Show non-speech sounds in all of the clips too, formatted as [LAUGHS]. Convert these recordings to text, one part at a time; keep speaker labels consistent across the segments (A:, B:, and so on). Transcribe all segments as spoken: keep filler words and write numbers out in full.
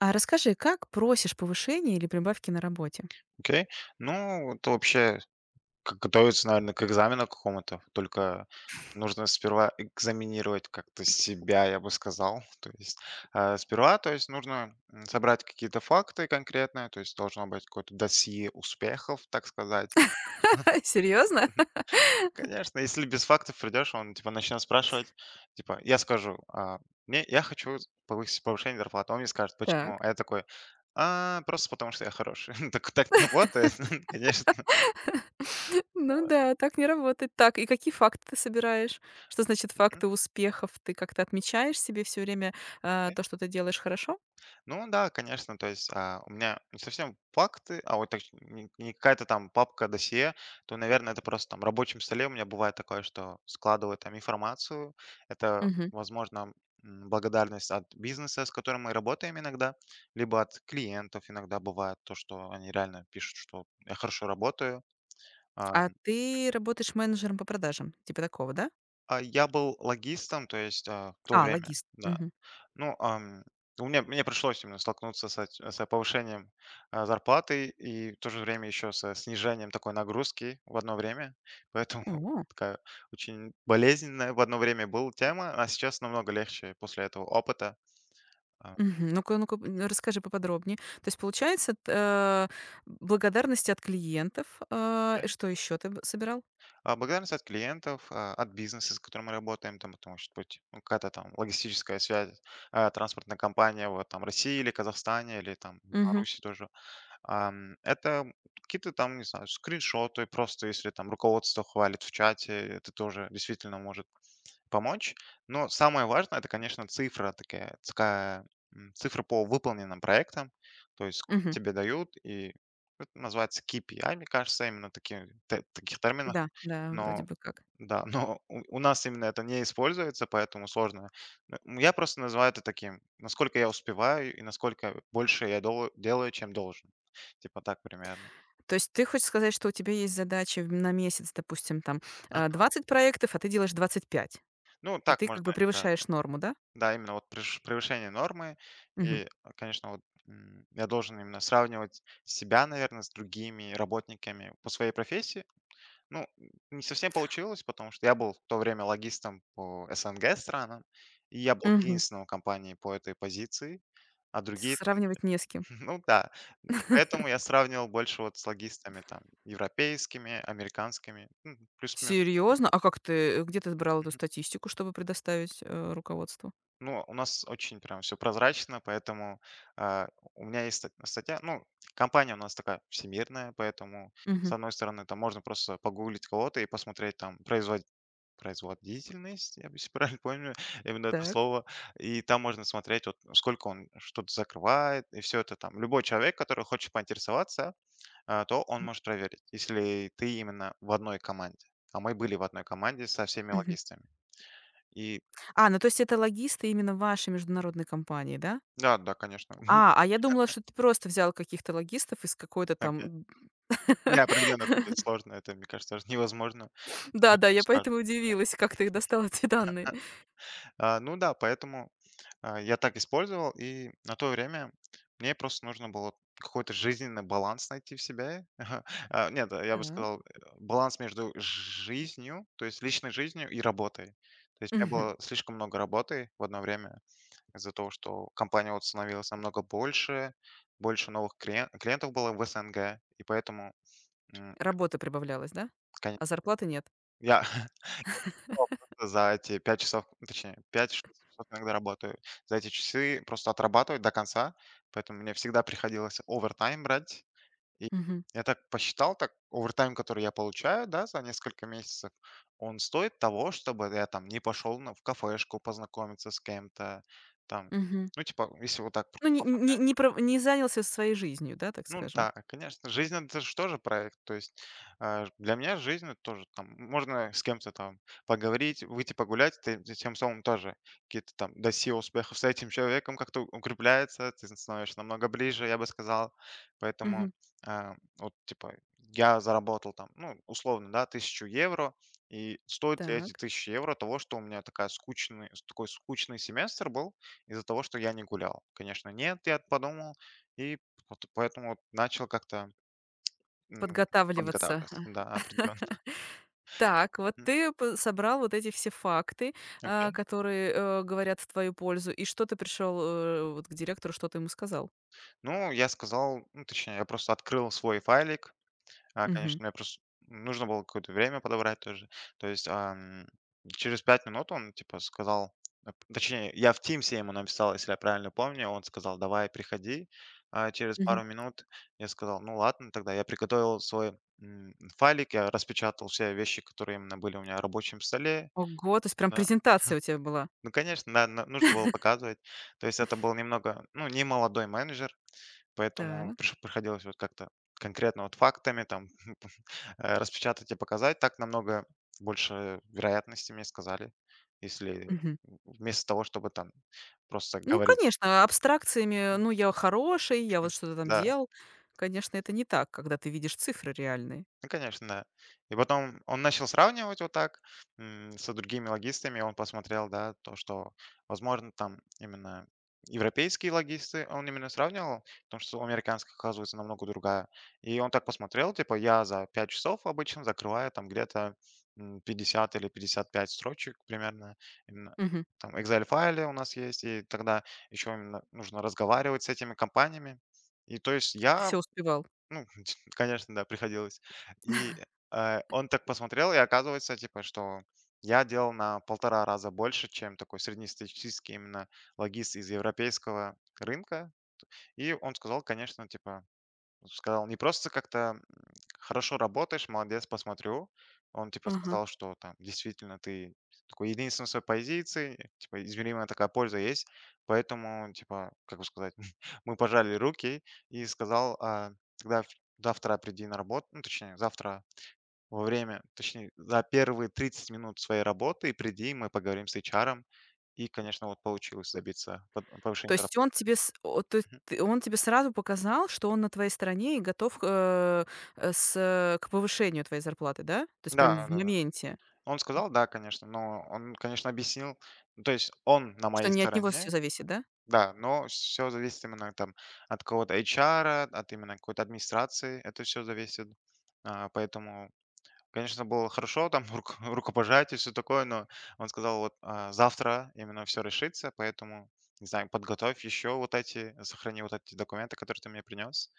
A: А расскажи, как просишь повышения или прибавки на работе?
B: Окей. Ну, это вообще как готовиться, наверное, к экзамену какому-то. Только нужно сперва экзаменировать как-то себя, я бы сказал. [LAUGHS] То есть э, сперва, то есть нужно м, собрать какие-то факты конкретные, то есть должно быть какое-то досье успехов, так сказать.
A: [LAUGHS] Серьезно?
B: [LAUGHS] Конечно, если без фактов придешь, он типа начнет спрашивать, типа, я скажу, а, мне, я хочу повысить повышение зарплаты. Он мне скажет, почему.
A: Так.
B: А я такой: «А, просто потому что я хороший». [LAUGHS] Так, так не работает, [LAUGHS] конечно.
A: [LAUGHS] Ну да, так не работает. Так, и какие факты ты собираешь? Что значит
B: Мгм.
A: факты успехов? Ты как-то отмечаешь себе все время а, то, что ты делаешь хорошо?
B: Ну да, конечно, то есть а, у меня не совсем факты, а вот так, не, не какая-то там папка досье, то, наверное, это просто там в рабочем столе у меня бывает такое, что складываю там информацию. Это,
A: Мгм.
B: возможно, м, благодарность от бизнеса, с которым мы работаем иногда, либо от клиентов иногда бывает то, что они реально пишут, что я хорошо работаю. А,
A: А ты работаешь менеджером по продажам, типа такого, да?
B: а я был логистом, то есть а, в то
A: А,
B: время,
A: логист.
B: да.
A: Мгм.
B: Ну, ам, у меня мне пришлось именно столкнуться с эт с повышением, а, зарплаты и в то же время еще со снижением такой нагрузки в одно время. Поэтому [LAUGHS]
A: О.
B: такая очень болезненная в одно время была тема, а сейчас намного легче после этого опыта. А,
A: Мгм. Ну-ка, ну-ка, м, расскажи поподробнее. То есть, получается, т- э, благодарность от клиентов. Э,
B: окей.
A: и что еще ты б- собирал?
B: А, благодарность от клиентов, а, от бизнеса, с которым мы работаем, там это может быть, ну, какая-то там логистическая связь, а, транспортная компания в, там, России или Казахстане, или там
A: Мгм.
B: Беларуси тоже. Ам, это какие-то там, не знаю, скриншоты, просто если там руководство хвалит в чате, это тоже действительно может помочь. Но самое важное, это, конечно, цифра такая, такая м, цифра по выполненным проектам, то есть сколько
A: Мгм.
B: тебе дают, и это называется K P I, мне кажется, именно такие те- таких терминов.
A: Да, да, вроде
B: Но
A: бы как.
B: да, но у у нас именно это не используется, поэтому сложно. Н ну, я просто называю это таким: насколько я успеваю и насколько больше я дол делаю, чем должен. Типа так примерно.
A: То есть ты хочешь сказать, что у тебя есть задача в на месяц, допустим, там, э,
B: А,
A: двадцать проектов, а ты делаешь двадцать пять,
B: ну,
A: и
B: так
A: ты как
B: можно,
A: бы
B: да.
A: превышаешь норму, да?
B: Да, именно вот преш превышение нормы.
A: Мгм.
B: И, а, конечно, вот, м, я должен именно сравнивать себя, наверное, с другими работниками по своей профессии. Ну, не совсем получилось, потому что я был в то время логистом по СНГ странам, и я был
A: Мгм.
B: единственным в компании по этой позиции, а другие там,
A: Сравнивать не с кем.
B: [LAUGHS] ну да. И поэтому я сравнивал больше вот с логистами там европейскими, американскими, ну, плюс-минус одно и
A: Серьезно?
B: то
A: А как ты, э, где ты брал эту
B: же.
A: статистику, чтобы предоставить, э, руководству?
B: Ну, у нас очень прям все прозрачно, поэтому, а, у меня есть ст статья. Ну, компания у нас такая всемирная, поэтому, с
A: Мгм.
B: одной стороны, там можно просто погуглить кого-то и посмотреть там производ производительность, я бы если правильно помню [LAUGHS] именно это
A: Так.
B: слово. И там можно смотреть, вот сколько он что-то закрывает, и все это там. Любой человек, который хочет поинтересоваться, а, то он
A: М,
B: может проверить, если ты именно в одной команде. А мы были в одной команде со всеми
A: мгм.
B: логистами. И
A: А, ну то есть это логисты именно вашей международной компании, да?
B: да, да, конечно.
A: А, а я думала, что ты просто взял каких-то логистов из какой-то
B: [LAUGHS]
A: там.
B: Не, определенно это
A: [LAUGHS]
B: будет сложно, это, мне кажется, даже [LAUGHS] невозможно.
A: Да,
B: Тебе
A: да,
B: просто
A: я
B: скажут.
A: поэтому удивилась, как ты достал [LAUGHS] эти данные.
B: А, ну да, поэтому, а, я так использовал, и на то время мне просто нужно было какой-то жизненный баланс найти в себе. [LAUGHS] А нет, э, я бы
A: Так.
B: сказал, э, баланс между жизнью, то есть личной жизнью и работой. То есть у меня
A: Мгм.
B: было слишком много работы в одно время из-за того, что компания вот становилась намного больше, больше новых клиен- клиентов было в СНГ, и поэтому, м,
A: Работа прибавлялась, да?
B: кон
A: А зарплаты нет.
B: я [LAUGHS] часов просто за эти пять часов, ну, точнее пять, шесть, часов иногда работаю. За эти часы просто отрабатывать до конца, поэтому мне всегда приходилось овертайм брать. И
A: Мгм.
B: я так посчитал, так овертайм, который я получаю, да, за несколько месяцев, он стоит того, чтобы я там не пошел на в кафешку познакомиться с кем-то, там.
A: Мгм.
B: Ну, типа, если вот так
A: Ну,
B: просто
A: не не
B: посмотреть
A: не прав не занялся своей жизнью, да, так
B: ну
A: скажем.
B: да, конечно, жизнь — это же тоже проект. То есть, э, для меня жизнь — это тоже там можно с кем-то там поговорить, выйти погулять. Ты т тем самым тоже какие-то там досье успехов с этим человеком как-то укрепляется, ты становишься намного ближе, я бы сказал. Поэтому,
A: Мгм.
B: э, вот типа я заработал там, ну, условно, да, тысячу евро, и стоит ли эти
A: Так.
B: один евро того, что у меня такая скучный такой скучный семестр был из-за того, что я не гулял? Конечно, нет, я подумал и вот поэтому вот начал как-то, м,
A: Подготавливаться.
B: подготавливаться,
A: [LAUGHS]
B: да, определенно.
A: Так, вот
B: М,
A: ты п собрал вот эти все факты, а,
B: окей.
A: которые, э, говорят в твою пользу. И что ты пришел э, вот к директору, что ты ему сказал?
B: Ну, я сказал, ну, точнее, я просто открыл свой файлик. А,
A: Мгм.
B: конечно, мне просто нужно было какое-то время подобрать тоже. То есть, ам, через пять минут он, типа, сказал, ап точнее, я в "Тимсе" ему написал, если я правильно помню. Он сказал: "Давай, приходи". А через
A: Мгм.
B: пару минут я сказал: "Ну ладно, тогда". Я приготовил свой, м, файлик, я распечатал все вещи, которые именно были у меня на рабочем столе.
A: Ого, то есть прям
B: Да.
A: презентация у тебя была.
B: Ну, конечно, да, на нужно было показывать. То есть это был немного, ну, не молодой менеджер, поэтому
A: Так.
B: приш приходилось вот как-то конкретно вот фактами там, э, распечатать и показать. Так намного больше вероятности, мне сказали, если вместо того, чтобы там просто
A: Ну,
B: говорить.
A: конечно, абстракциями, ну, я хороший, я
B: Мгм.
A: вот что-то там
B: Да.
A: делал. Конечно, это не так, когда ты видишь цифры реальные.
B: Ну, конечно, да. И потом он начал сравнивать вот так м, со другими логистами. Он посмотрел, да, то, что, возможно, там именно европейские логисты, он именно сравнивал, потому что у американских, оказывается, намного другая. И он так посмотрел, типа, я за пять часов обычно закрываю там где-то м, пятьдесят или пятьдесят пять строчек примерно. Именно
A: Мгм.
B: там Excel-файлы у нас есть, и тогда еще именно нужно разговаривать с этими компаниями. И то есть
A: И ты
B: я
A: все успевал.
B: ну, [LAUGHS] конечно, да, приходилось. И, э, он так посмотрел, и оказывается, типа, что я делал на полтора раза больше, чем такой среднестатистический именно логист из европейского рынка. И он сказал, конечно, типа, сказал не просто как-то, м, хорошо работаешь, молодец, посмотрю. Он типа
A: Ага.
B: сказал, что там действительно ты такой единственный в своей позиции, типа измеримая такая польза есть. Поэтому, типа, как бы сказать, [LAUGHS] мы пожали руки и сказал, а, тогда в завтра приди на работу, ну, точнее, завтра во время, точнее, за первые тридцать минут своей работы приди, мы поговорим с H R. И, конечно, вот получилось добиться под
A: То
B: повышения
A: есть
B: зарплаты.
A: он тебе с о то есть
B: Мгм.
A: ты он тебе сразу показал, что он на твоей стороне и готов, э, э, с э, к повышению твоей зарплаты, да? То есть прям в
B: Да-да-да.
A: моменте,
B: Он сказал: "Да, конечно". Но он, конечно, объяснил. Ну, то есть он на
A: что
B: моей
A: не от него все
B: стороне,
A: зависит, да?
B: да, но все зависит именно там от кого то H R, от именно какой-то администрации. Это все зависит. А, поэтому, конечно, было хорошо, там [LAUGHS] руко рукопожатие, все такое, но он сказал: "Вот, а, завтра именно все решится, поэтому, не знаю, подготовь еще вот эти, сохрани вот эти документы, которые ты мне принес".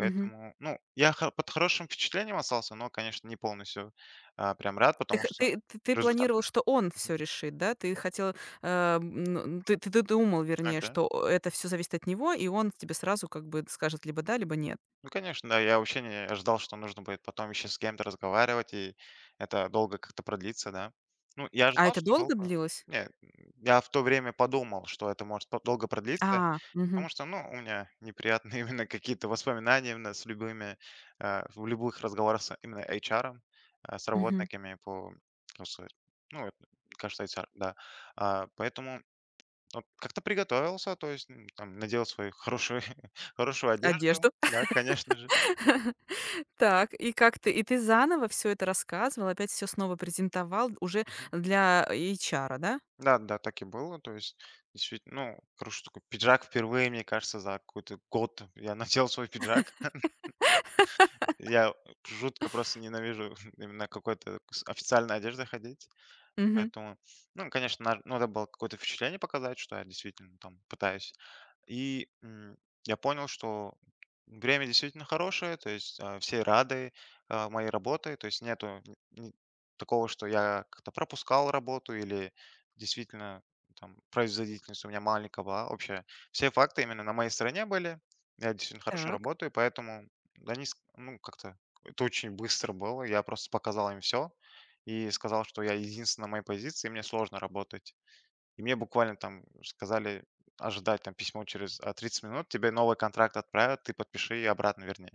A: Мгм.
B: ну, я хо под хорошим впечатлением остался, но, конечно, не полностью, а, прям рад,
A: Ты
B: потому
A: х
B: что
A: ты ты ты
B: результат.
A: планировал, что он все решит, да? Ты хотел, а, м, ты ты ты думал, вернее,
B: Ага.
A: что о это все зависит от него, и он тебе сразу как бы скажет либо да, либо нет.
B: Ну, конечно, да. Я вообще не ожидал, что нужно будет потом еще с кем-то разговаривать, и это долго как-то продлится, да. Ну, я
A: А
B: ожидал,
A: это
B: что
A: долго
B: долго.
A: длилось?
B: Не, я в то время подумал, что это может по- долго продлиться,
A: А, мгм,
B: потому что, ну, у меня неприятные [LAUGHS] именно какие-то воспоминания именно с любыми, э, в любых разговорах с именно H R, э, с
A: мгм.
B: работниками по, как сказать, ну, это, мне кажется, H R, да. А, поэтому вот как-то приготовился, то есть, м, там надел свою хорошую [LAUGHS] хорошую одежду.
A: Одежду. [LAUGHS]
B: Да, конечно же.
A: Так, и как ты и ты заново все это рассказывал, опять все снова презентовал уже
B: Мгм.
A: для эйчара, да?
B: Да-да, так и было. То есть действительно, ну, хороший такой пиджак впервые, мне кажется, за какой-то год я надел свой пиджак. [LAUGHS] Я жутко просто ненавижу [LAUGHS] именно какой-то с официальной одеждой ходить.
A: Мгм.
B: Поэтому, ну, конечно, на надо было какое-то впечатление показать, что я действительно там пытаюсь. И м, я понял, что время действительно хорошее, то есть а, все рады а, моей работе, то есть нету н- ни- такого, что я как-то пропускал работу или действительно там производительность у меня маленькая была. Вообще все факты именно на моей стороне были. Я действительно хорошо
A: Так.
B: работаю, поэтому они ск- ну, как-то это очень быстро было. Я просто показал им все и сказал, что я единственный на моей позиции, и мне сложно работать. И мне буквально там сказали ожидать там письмо через, а, тридцать минут, тебе новый контракт отправят, ты подпиши и обратно верни.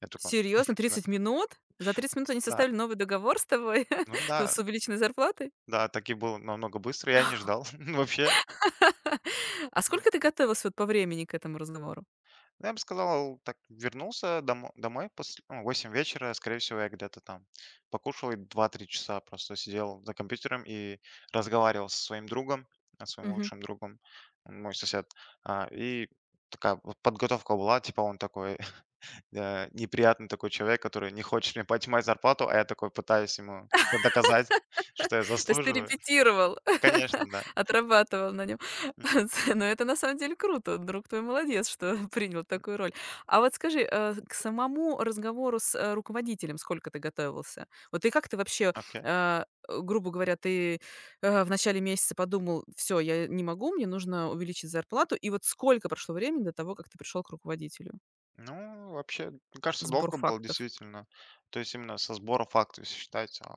B: Я такой:
A: Серьезно,
B: "Да,
A: тридцать минут? За тридцать минут они
B: да,
A: составили новый договор с тобой
B: ну
A: [LAUGHS]
B: да,
A: с увеличенной зарплатой?
B: да". Так и было намного быстро, я не ждал [LAUGHS] вообще.
A: [LAUGHS] А сколько ты готовился вот по времени к этому разговору?
B: Ну, я бы сказал, так вернулся домо домой после, ну, восьми вечера, скорее всего, я где-то там покушал и два-три часа просто сидел за компьютером и разговаривал со своим другом, а, своим
A: Мгм.
B: лучшим другом, мой сосед. А, и такая вот подготовка была, типа он такой Э, неприятный такой человек, который не хочет мне поднимать зарплату, а я такой пытаюсь ему доказать, [LAUGHS] что я
A: То есть ты
B: заслуживаю.
A: репетировал,
B: Конечно,
A: [LAUGHS]
B: да.
A: отрабатывал на нем. [LAUGHS] Но это на самом деле круто. Друг твой молодец, что [LAUGHS] принял такую роль. А вот скажи, э, к самому разговору с, э, руководителем сколько ты готовился? Вот и как ты вообще,
B: Окей.
A: э, грубо говоря, ты, э, в начале месяца подумал: "Все, я не могу, мне нужно увеличить зарплату". И вот сколько прошло времени до того, как ты пришел к руководителю?
B: Ну, вообще, мне кажется,
A: Сбор
B: долго было
A: фактов.
B: действительно. То есть именно со сбора фактов, если считать, а,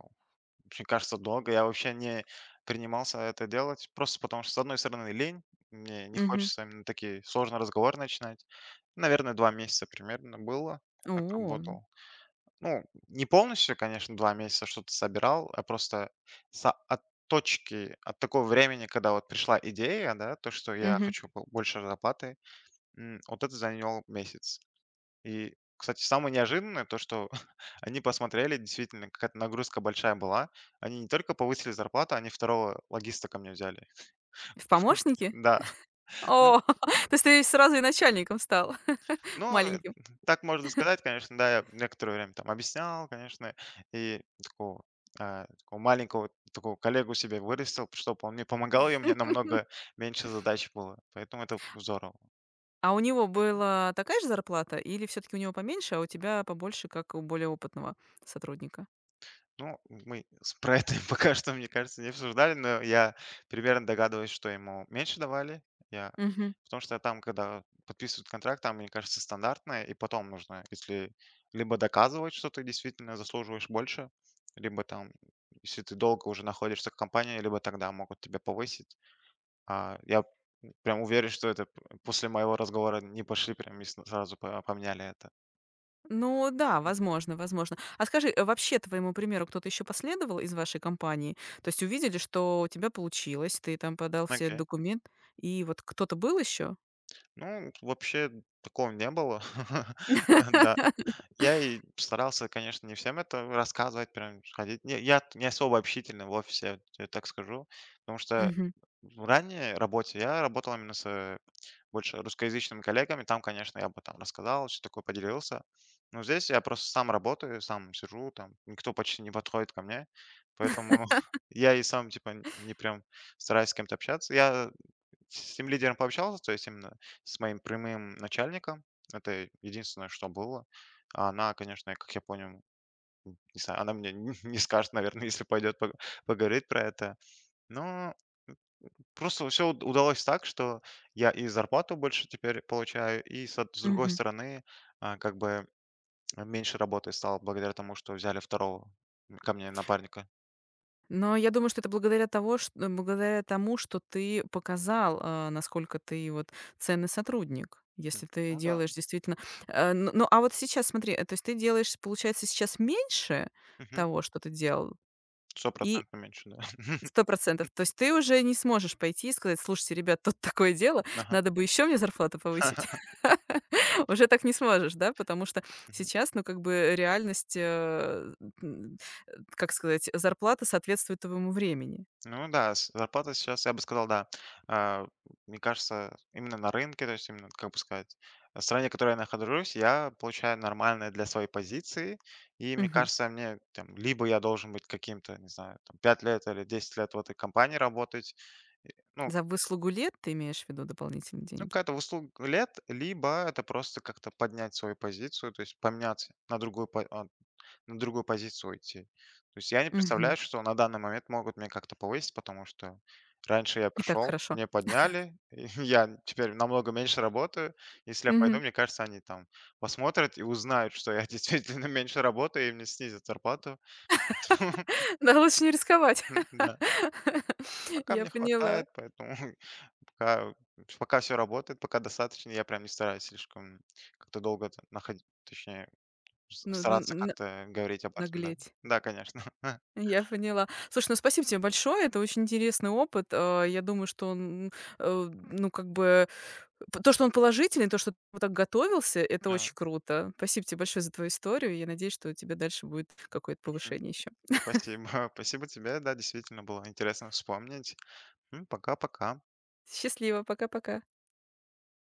B: мне кажется, долго. Я вообще не принимался это делать, просто потому что, с одной стороны, лень, мне не
A: Мгм.
B: хочется именно такие сложные разговоры начинать. Наверное, два месяца примерно было, я так
A: О.
B: работал. Ну, не полностью, конечно, два месяца что-то собирал, а просто са от точки, от такого времени, когда вот пришла идея, да, то, что я
A: Мгм.
B: хочу бо больше зарплаты, м, вот это занял месяц. И, кстати, самое неожиданное то, что [LAUGHS] они посмотрели, действительно, какая-то нагрузка большая была. Они не только повысили зарплату, они второго логиста ко мне взяли.
A: В помощники?
B: [LAUGHS] Да.
A: О, [LAUGHS] то есть ты сразу и начальником стал [LAUGHS]
B: Ну, э,
A: маленьким.
B: так можно сказать, конечно, да, я некоторое время там объяснял, конечно, и такого, а, такого маленького такого коллегу себе вырастил, чтобы он мне помогал, и у меня
A: [LAUGHS]
B: намного меньше задач было. Поэтому это здорово.
A: А у него была такая же зарплата или все таки у него поменьше, а у тебя побольше, как у более опытного сотрудника?
B: Ну, мы с про это [LAUGHS] пока что, мне кажется, не обсуждали, но я примерно догадываюсь, что ему меньше давали. Я
A: Мгм.
B: потому что там, когда подписывают контракт, там, мне кажется, стандартное, и потом нужно, если либо доказывать, что ты действительно заслуживаешь больше, либо там, если ты долго уже находишься в компании, либо тогда могут тебя повысить. А, я прям уверен, что это п после моего разговора не пошли прям и с сразу по поменяли это.
A: Ну да, возможно, возможно. А скажи, э, вообще твоему примеру кто-то еще последовал из вашей компании? То есть увидели, что у тебя получилось, ты там подал все
B: Окей.
A: документы, и вот кто-то был еще?
B: Ну, вообще такого не было. [LAUGHS] Да.
A: [LAUGHS]
B: Я и старался, конечно, не всем это рассказывать, прям ходить. Не, я не особо общительный в офисе, я тебе так скажу, потому что
A: Мгм.
B: в ранней работе я работал именно с, э, больше русскоязычными коллегами. Там, конечно, я бы там рассказал, что такое, поделился. Но здесь я просто сам работаю, сам сижу, там никто почти не подходит ко мне, поэтому [LAUGHS] я и сам, типа, не прям стараюсь с кем-то общаться. Я с тем лидером пообщался, то есть именно с моим прямым начальником. Это единственное, что было. А она, конечно, как я понял, не знаю, она мне [LAUGHS] не скажет, наверное, если пойдет пог- поговорить про это. Но просто все удалось так, что я и зарплату больше теперь получаю, и с, од- с другой
A: Мгм.
B: стороны, а, как бы меньше работы стало благодаря тому, что взяли второго ко мне напарника.
A: Но я думаю, что это благодаря того, чт благодаря тому, что ты показал, а, насколько ты вот ценный сотрудник.
B: М,
A: Если ты
B: Ну да,
A: делаешь действительно, э, ну ну, а вот сейчас смотри, э, то есть ты делаешь, получается, сейчас меньше того, что ты делал,
B: сто
A: и
B: процентов меньше, да.
A: сто процентов. То есть ты уже не сможешь пойти и сказать: "Слушайте, ребят, тут такое дело, надо
B: [LAUGHS]
A: бы еще мне зарплату
B: Ага.
A: повысить". [LAUGHS] Уже так не сможешь, да? Потому что
B: [LAUGHS]
A: сейчас, ну, как бы реальность, э, м, э, как сказать, зарплата соответствует твоему времени.
B: Ну да, с- зарплата сейчас, я бы сказал, да, а, мне кажется, именно на рынке, то есть именно, как бы сказать, в стране, в которой я нахожусь, я получаю нормальное для своей позиции, и мне
A: Мгм.
B: кажется, мне там, либо я должен быть каким-то, не знаю, там, пять лет или десять лет в этой компании работать, и, ну,
A: За выслугу лет ты имеешь в виду дополнительные
B: ну,
A: деньги?
B: какая-то в услуг лет, либо это просто как-то поднять свою позицию, то есть поменять на другую, на другую позицию уйти. То есть я не
A: Мгм.
B: представляю, что на данный момент могут меня как-то повысить, потому что раньше я
A: И так
B: пришел,
A: хорошо.
B: мне подняли, [LAUGHS] и я теперь намного меньше работаю. Если я пойду,
A: Мгм.
B: мне кажется, они там посмотрят и узнают, что я [LAUGHS] действительно меньше работаю, и мне снизят зарплату.
A: [LAUGHS] Да, лучше не рисковать.
B: [LAUGHS] Да.
A: [LAUGHS]
B: Пока
A: Я
B: мне хватает,
A: поняла.
B: поэтому [LAUGHS] пока, пока все работает, пока достаточно, я прям не стараюсь слишком как-то долго находить, точнее, с-
A: Ну,
B: стараться
A: н н
B: как-то говорить об этом, да.
A: наглеть.
B: Да, конечно. [LAUGHS]
A: Я поняла. Слушай, ну спасибо тебе большое. Это очень интересный опыт. А, я думаю, что он, э, ну, как бы, п то, что он положительный, то, что ты вот так готовился, это
B: Да.
A: очень круто. Спасибо тебе большое за твою историю. Я надеюсь, что у тебя дальше будет какое-то повышение еще.
B: Спасибо, [LAUGHS] спасибо тебе. Да, действительно было интересно вспомнить. М, Пока-пока.
A: Счастливо. Пока-пока.